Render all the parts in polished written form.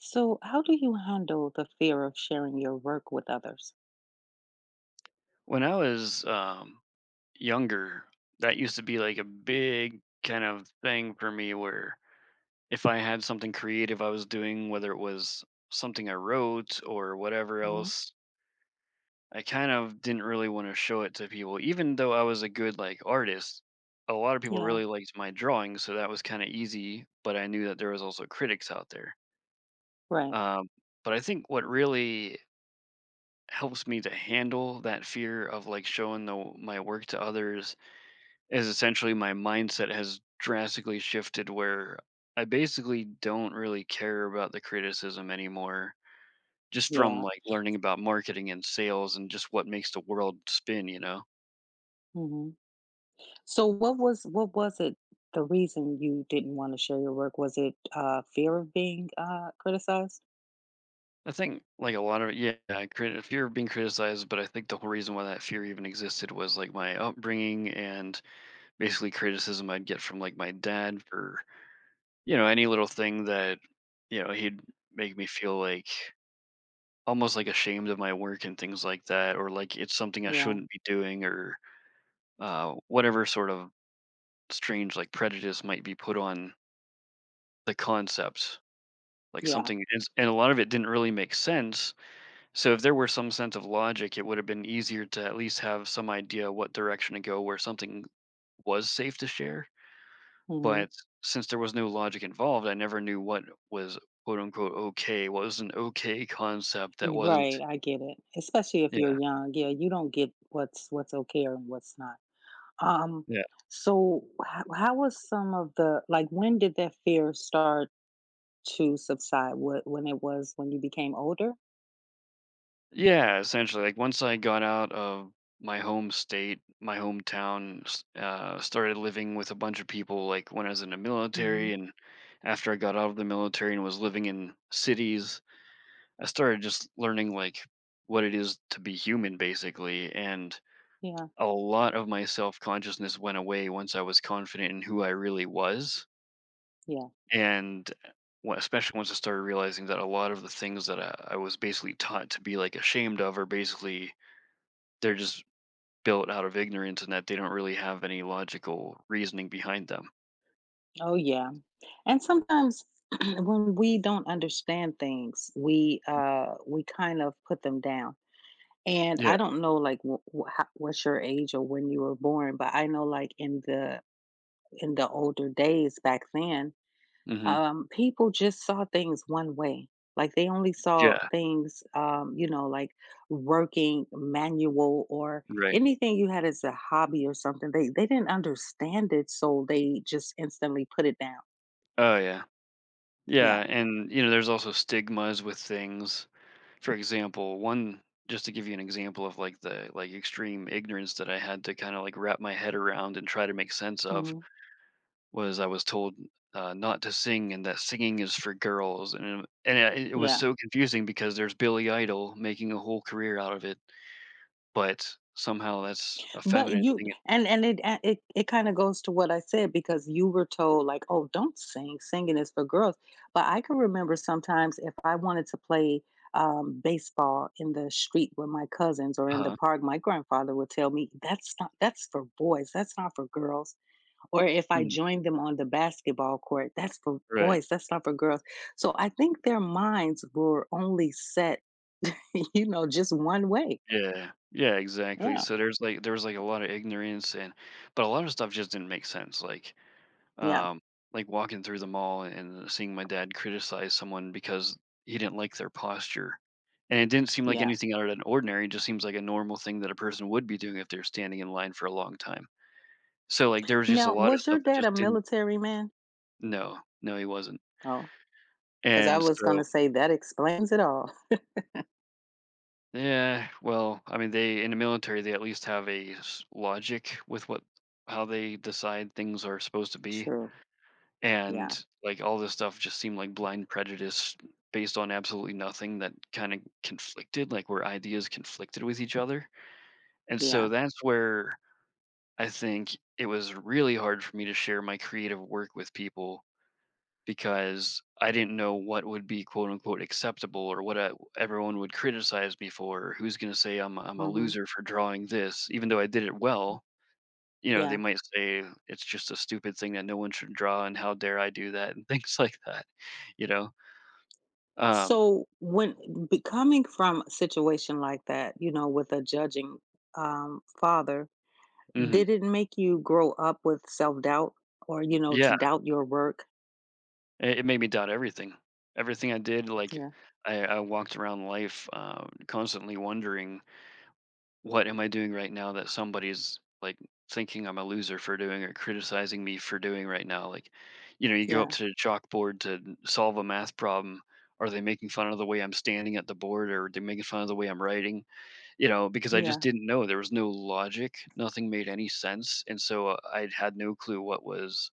So, how do you handle the fear of sharing your work with others? When I was younger, that used to be like a big kind of thing for me where if I had something creative I was doing, whether it was something I wrote or whatever Hmm. else, I kind of didn't really want to show it to people. Even though I was a good like artist, a lot of people Yeah. really liked my drawing, so that was kind of easy, but I knew that there was also critics out there. Right. Um, but I think what really helps me to handle that fear of like showing my work to others is essentially my mindset has drastically shifted where I basically don't really care about the criticism anymore, just from Yeah. like learning about marketing and sales and just what makes the world spin, you know? Hmm. So, what was it? The reason you didn't want to share your work was it fear of being criticized? I think like a lot of yeah, I fear of being criticized, but I think the whole reason why that fear even existed was like my upbringing and basically criticism I'd get from like my dad for you know any little thing that you know he'd make me feel like almost, like, ashamed of my work and things like that, or, like, it's something I Yeah. shouldn't be doing or, whatever sort of strange, like, prejudice might be put on the concepts, like, Yeah. something is and a lot of it didn't really make sense, so if there were some sense of logic, it would have been easier to at least have some idea what direction to go where something was safe to share, Hmm. but since there was no logic involved, I never knew what was, quote, unquote, "okay," what was an okay concept that wasn't. Right, I get it. Especially if you're Yeah, young. Yeah. You don't get what's okay and what's not. Um. yeah. So, how was some of the like? When did that fear start to subside? What when it was when you became older? Yeah, essentially, like once I got out of my home state, my hometown, started living with a bunch of people, like when I was in the Hmm. military, and after I got out of the military and was living in cities, I started just learning like what it is to be human, basically. And Yeah, a lot of my self consciousness went away once I was confident in who I really was. yeah. And especially once I started realizing that a lot of the things that I was basically taught to be like ashamed of are basically they're just built out of ignorance and that they don't really have any logical reasoning behind them. Oh, yeah. And sometimes when we don't understand things, we kind of put them down. And Yeah. I don't know like what's your age or when you were born, but I know like in the older days back then, Mhm. People just saw things one way. Like they only saw Yeah. things, you know, like working manual or Right. anything you had as a hobby or something. They didn't understand it, so they just instantly put it down. Oh, yeah. Yeah. Yeah, and, you know, there's also stigmas with things. For example, one just to give you an example of, like, the, like, extreme ignorance that I had to kinda, like, wrap my head around and try to make sense of Hmm. was I was told, not to sing and that singing is for girls, and it was Yeah. so confusing because there's Billy Idol making a whole career out of it. But somehow that's a But feminine you thing. And it a- it it kind of goes to what I said because you were told like, "Oh, don't sing. Singing is for girls." But I can remember sometimes if I wanted to play baseball in the street with my cousins or in the Uh-huh. park, my grandfather would tell me, " That's for boys. That's not for girls." Or if I Mm, joined them on the basketball court, "That's for right. boys. That's not for girls." So I think their minds were only set, you know, just one way. Yeah. Yeah, exactly. Yeah. So there's, like there was, like, a lot of ignorance and but a lot of stuff just didn't make sense, Yeah. um, like walking through the mall and seeing my dad criticize someone because he didn't like their posture, and it didn't seem like Yeah. anything out of the ordinary, it just seems like a normal thing that a person would be doing if they're standing in line for a long time. So, like, there was just a Now, lot of was your stuff that dad a just didn't. military man? No, no, he wasn't, Oh, because I and was so gonna say that explains it all. yeah, well, I mean, they in the military they at least have a logic with what how they decide things are supposed to be, True. Yeah. and like all this stuff just seemed like blind prejudice based on absolutely nothing that kind of conflicted, like where ideas conflicted with each other, and so Yeah. that's where I think it was really hard for me to share my creative work with people because I didn't know what would be quote unquote acceptable or what everyone would criticize me for. Or who's going to say I'm a Mhm. loser for drawing this, even though I did it well. You know, they Yeah. might say it's just a stupid thing that no one should draw, and how dare I do that, and things like that. You know, um, So, when be coming from a situation like that, you know, with a judging, father, did hmm it make you grow up with self-doubt or, you know, to yeah, doubt your work? It made me doubt everything, everything I did. Like Yeah. I walked around life constantly wondering what am I doing right now that somebody's like thinking I'm a loser for doing or criticizing me for doing right now? Like, you know, you go up Yeah. to the chalkboard to solve a math problem. Are they making fun of the way I'm standing at the board or are they making fun of the way I'm writing? You know, because I just Yeah. didn't know. There was no logic. Nothing made any sense. And so I had no clue what was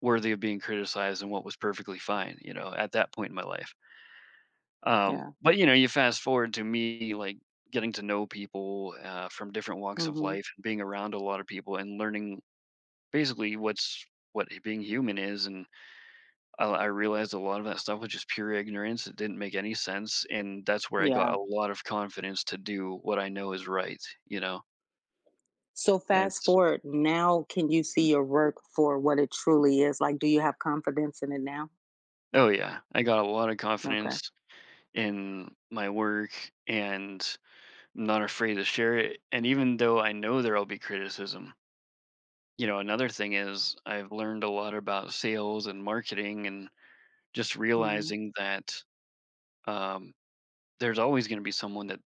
worthy of being criticized and what was perfectly fine, you know, at that point in my life. Yeah. But you know, you fast forward to me like getting to know people from different walks of Mhm. life and being around a lot of people and learning basically what being human is. And I realized a lot of that stuff was just pure ignorance. It didn't make any sense, and that's where I Yeah. got a lot of confidence to do what I know is right. So and fast it's, forward, now can you see your work for what it truly is? Like, do you have confidence in it now? oh yeah, I got a lot of Okay. confidence in my work and not afraid to share it. And even though I know there'll be criticism, you know, another thing is I've learned a lot about sales and marketing and just Mhm. realizing that um, there's always going to be someone that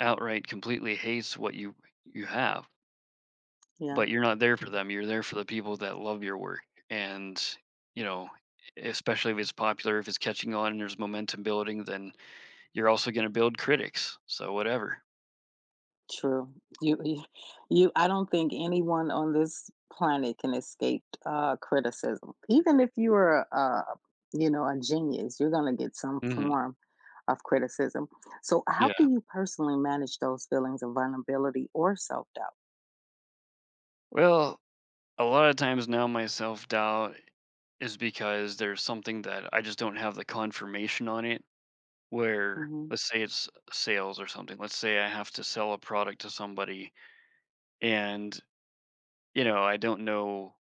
outright completely hates what you have, Yeah, but you're not there for them. You're there for the people that love your work. And, you know, especially if it's popular, if it's catching on and there's momentum building, then you're also going to build critics. So whatever. true. You, you, you. I don't think anyone on this planet can escape criticism. Even if you are, you know, a genius, you're going to get some Hmm. form of criticism. So, how do Yeah. you personally manage those feelings of vulnerability or self doubt? Well, a lot of times now my self doubt is because there's something that I just don't have the confirmation on it where Hmm. let's say it's sales or something. Let's say I have to sell a product to somebody and you know, I don't know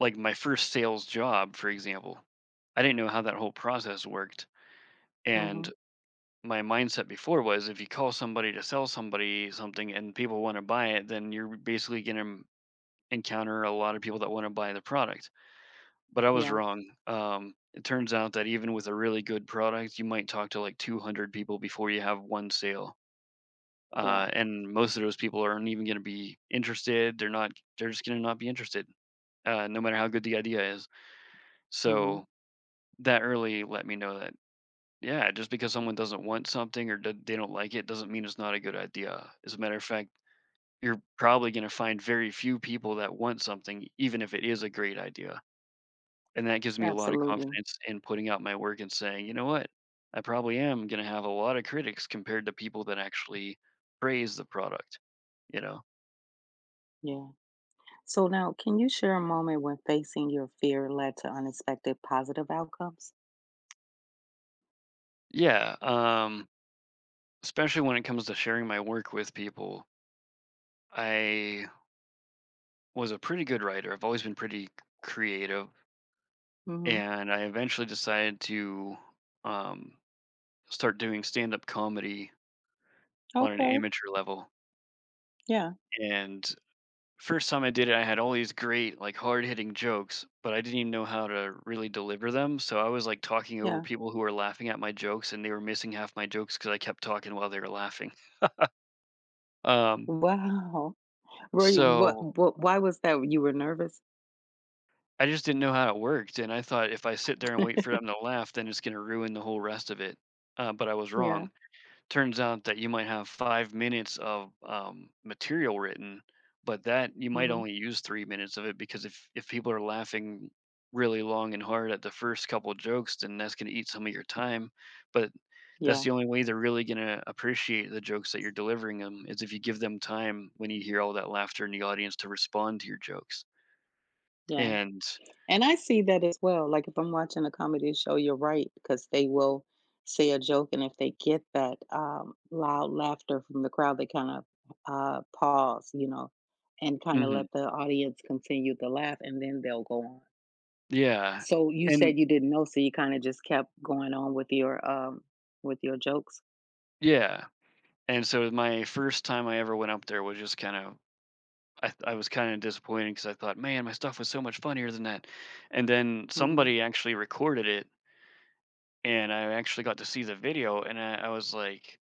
like my first sales job, for example. I didn't know how that whole process worked Hmm. and my mindset before was if you call somebody to sell somebody something and people want to buy it, then you're basically going to encounter a lot of people that want to buy the product. But I was Yeah, wrong. It turns out that even with a really good product, you might talk to like 200 people before you have one sale. yeah. And most of those people aren't even going to be interested. They're not. They're just going to not be interested, no matter how good the idea is. Hmm. So that early let me know that yeah, just because someone doesn't want something or they don't like it doesn't mean it's not a good idea. As a matter of fact, you're probably going to find very few people that want something, even if it is a great idea. And that gives me a lot of Absolutely. confidence in putting out my work and saying, "You know what? I probably am gonna have a lot of critics compared to people that actually praise the product." You know? Yeah. So now, can you share a moment when facing your fear led to unexpected positive outcomes? Yeah, especially when it comes to sharing my work with people. I was a pretty good writer. I've always been pretty c creative, Hmm. and I eventually decided to, um, start doing stand-up comedy on an Okay. amateur level, Yeah. and first time I did it, I had all these great, like, hard-hitting jokes, but I didn't even know how to really deliver them, so I was, like, talking over Yeah. people who were laughing at my jokes, and they were missing half my jokes because I kept talking while they were laughing. Um, Wow. Were you so what why was that, you were nervous? I just didn't know how it worked, and I thought if I sit there and wait for them to laugh, then it's gonna ruin the whole rest of it, but I was Yeah. wrong. Turns out that you might have 5 minutes of material written, but that you might Mhm. only use 3 minutes of it because if people are laughing really long and hard at the first couple jokes, then that's going to eat some of your time. But that's Yeah, the only way they're really going to appreciate the jokes that you're delivering them is if you give them time when you hear all that laughter in the audience to respond to your jokes. yeah. And And I see that as well. Like, if I'm watching a comedy show, you're right, because they will say a joke, and if they get that loud laughter from the crowd, they kind of pause, you know, and kind of let mhm, the audience continue to laugh, and then they'll go on. yeah, So you and said you didn't know, so you kind of just kept going on with your jokes. yeah. And so my first time I ever went up there was just kind of I was kind of disappointed because I thought, man, my stuff was so much funnier than that. And then Mm-hmm. somebody actually recorded it, and I actually got to see the video, and I was like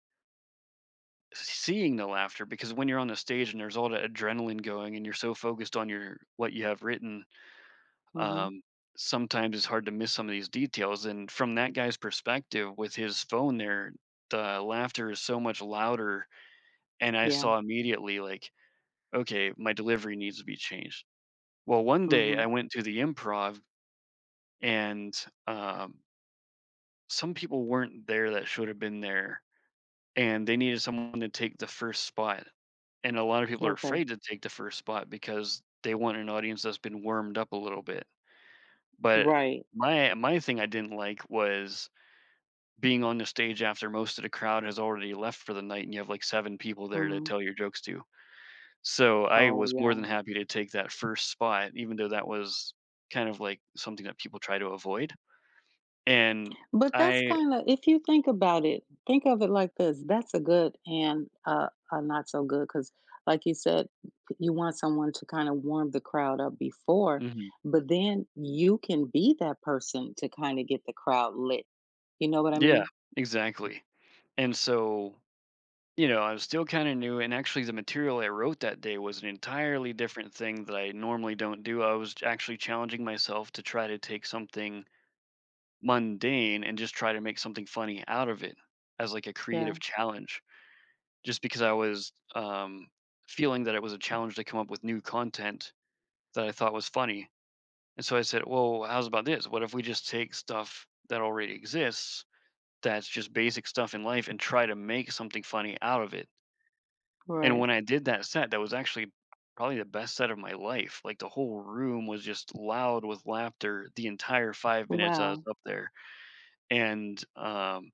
seeing the laughter, because when you're on the stage and there's all the adrenaline going, and you're so focused on your what you have written, Mm-hmm. um, sometimes it's hard to miss some of these details. And from that guy's perspective, with his phone there, the laughter is so much louder, and I Yeah. saw immediately like, okay, my delivery needs to be changed. Well, one day Mm-hmm. I went to the improv, and um, some people weren't there that should have been there, and they needed someone to take the first spot. And a lot of people are Okay. afraid to take the first spot because they want an audience that's been warmed up a little bit. But Right. my thing I didn't like was being on the stage after most of the crowd has already left for the night and you have like seven people there to Mm. tell your jokes to. So I Oh, was more yeah. than happy to take that first spot, even though that was kind of like something that people try to avoid. And But that's I, kind of, if you think about it, think of it like this, that's a good and a not so good. Because, like you said, you want someone to kind of warm the crowd up before, mhm, but then you can be that person to kind of get the crowd lit. You know what I yeah, mean? exactly. And so, I was still kinda new, and actually the material I wrote that day was an entirely different thing that I normally don't do. I was actually challenging myself to try to take something mundane and just try to make something funny out of it, as, like, a Yeah. creative challenge, just because I was, feeling that it was a challenge to come up with new content that I thought was funny. And so I said, "Well, how's about this? What if we just take stuff that already exists, that's just basic stuff in life, and try to make something funny out of it." And Right. when I did that set, that was actually probably the best set of my life. Like, the whole room was just loud with laughter the entire 5 minutes I was Wow. up there. And,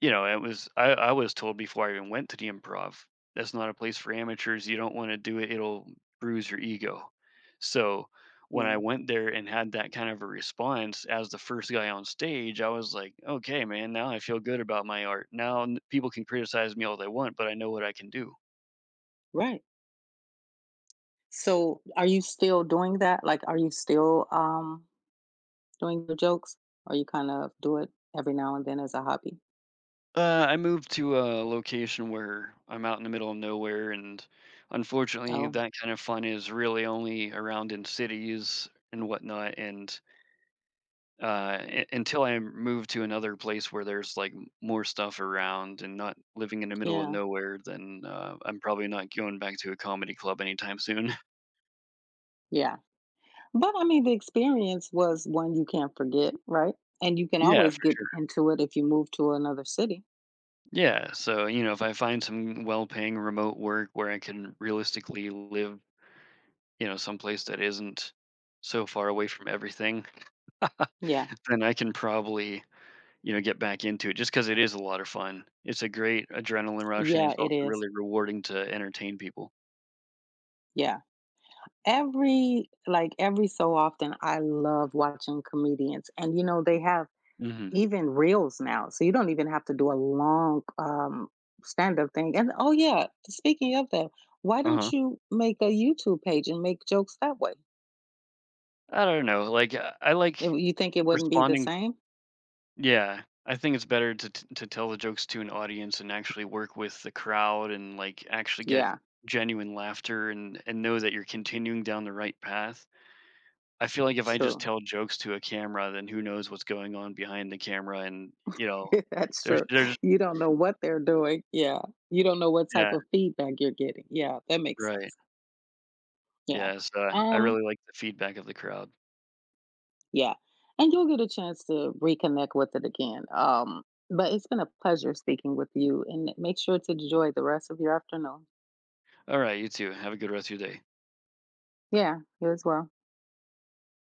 it was, I was told before I even went to the improv, "That's not a place for amateurs, you don't wanna do it, it'll bruise your ego." So, when Yeah. I went there and had that kind of a response as the first guy on stage, I was like, "Okay, man, now I feel good about my art. Now n people can criticize me all they want, but I know what I can do." Right. So, are you still doing that? Like, are you still doing your jokes? Or you kind of do it every now and then as a hobby? I moved to a location where I'm out in the middle of nowhere, and unfortunately, Oh. that kind of fun is really only around in cities and whatnot, and until I move to another place where there's like more stuff around and not living in the middle of Yeah, nowhere, then I'm probably not going back to a comedy club anytime soon. yeah. But I mean, the experience was one you can't forget, right? And you can Yeah, always for get sure. into it if you move to another city. Yeah. So, if I find some well paying remote work where I can realistically live, someplace that isn't so far away from everything, Yeah, then I can probably, get back into it just because it is a lot of fun. It's a great adrenaline rush and yeah, it's it also is. really rewarding to entertain people. Yeah. Every, like, every so often, I love watching comedians. And, you know, they have Hmm. even reels now. So you don't even have to do a long stand up thing. And, oh, yeah, speaking of that, why Uh huh. don't you make a YouTube page and make jokes that way? I don't know, like, I If like you think it wouldn't be the responding. same? Yeah, I think it's better to t to tell the jokes to an audience and actually work with the crowd and, like, actually get Yeah, genuine laughter, and know that you're continuing down the right path. I feel like if I just true. tell jokes to a camera, then who knows what's going on behind the camera, and, That's there's true. there's You don't know what they're doing. Yeah. You don't know what type yeah, of feedback you're getting. Yeah, that makes right. sense. Yeah. Yeah, so I Um, really like the feedback of the crowd. yeah. And you'll get a chance to reconnect with it again. But it's been a pleasure speaking with you and make sure to enjoy the rest of your afternoon. Alright, you too, have a good rest of your day. Yeah, you as well.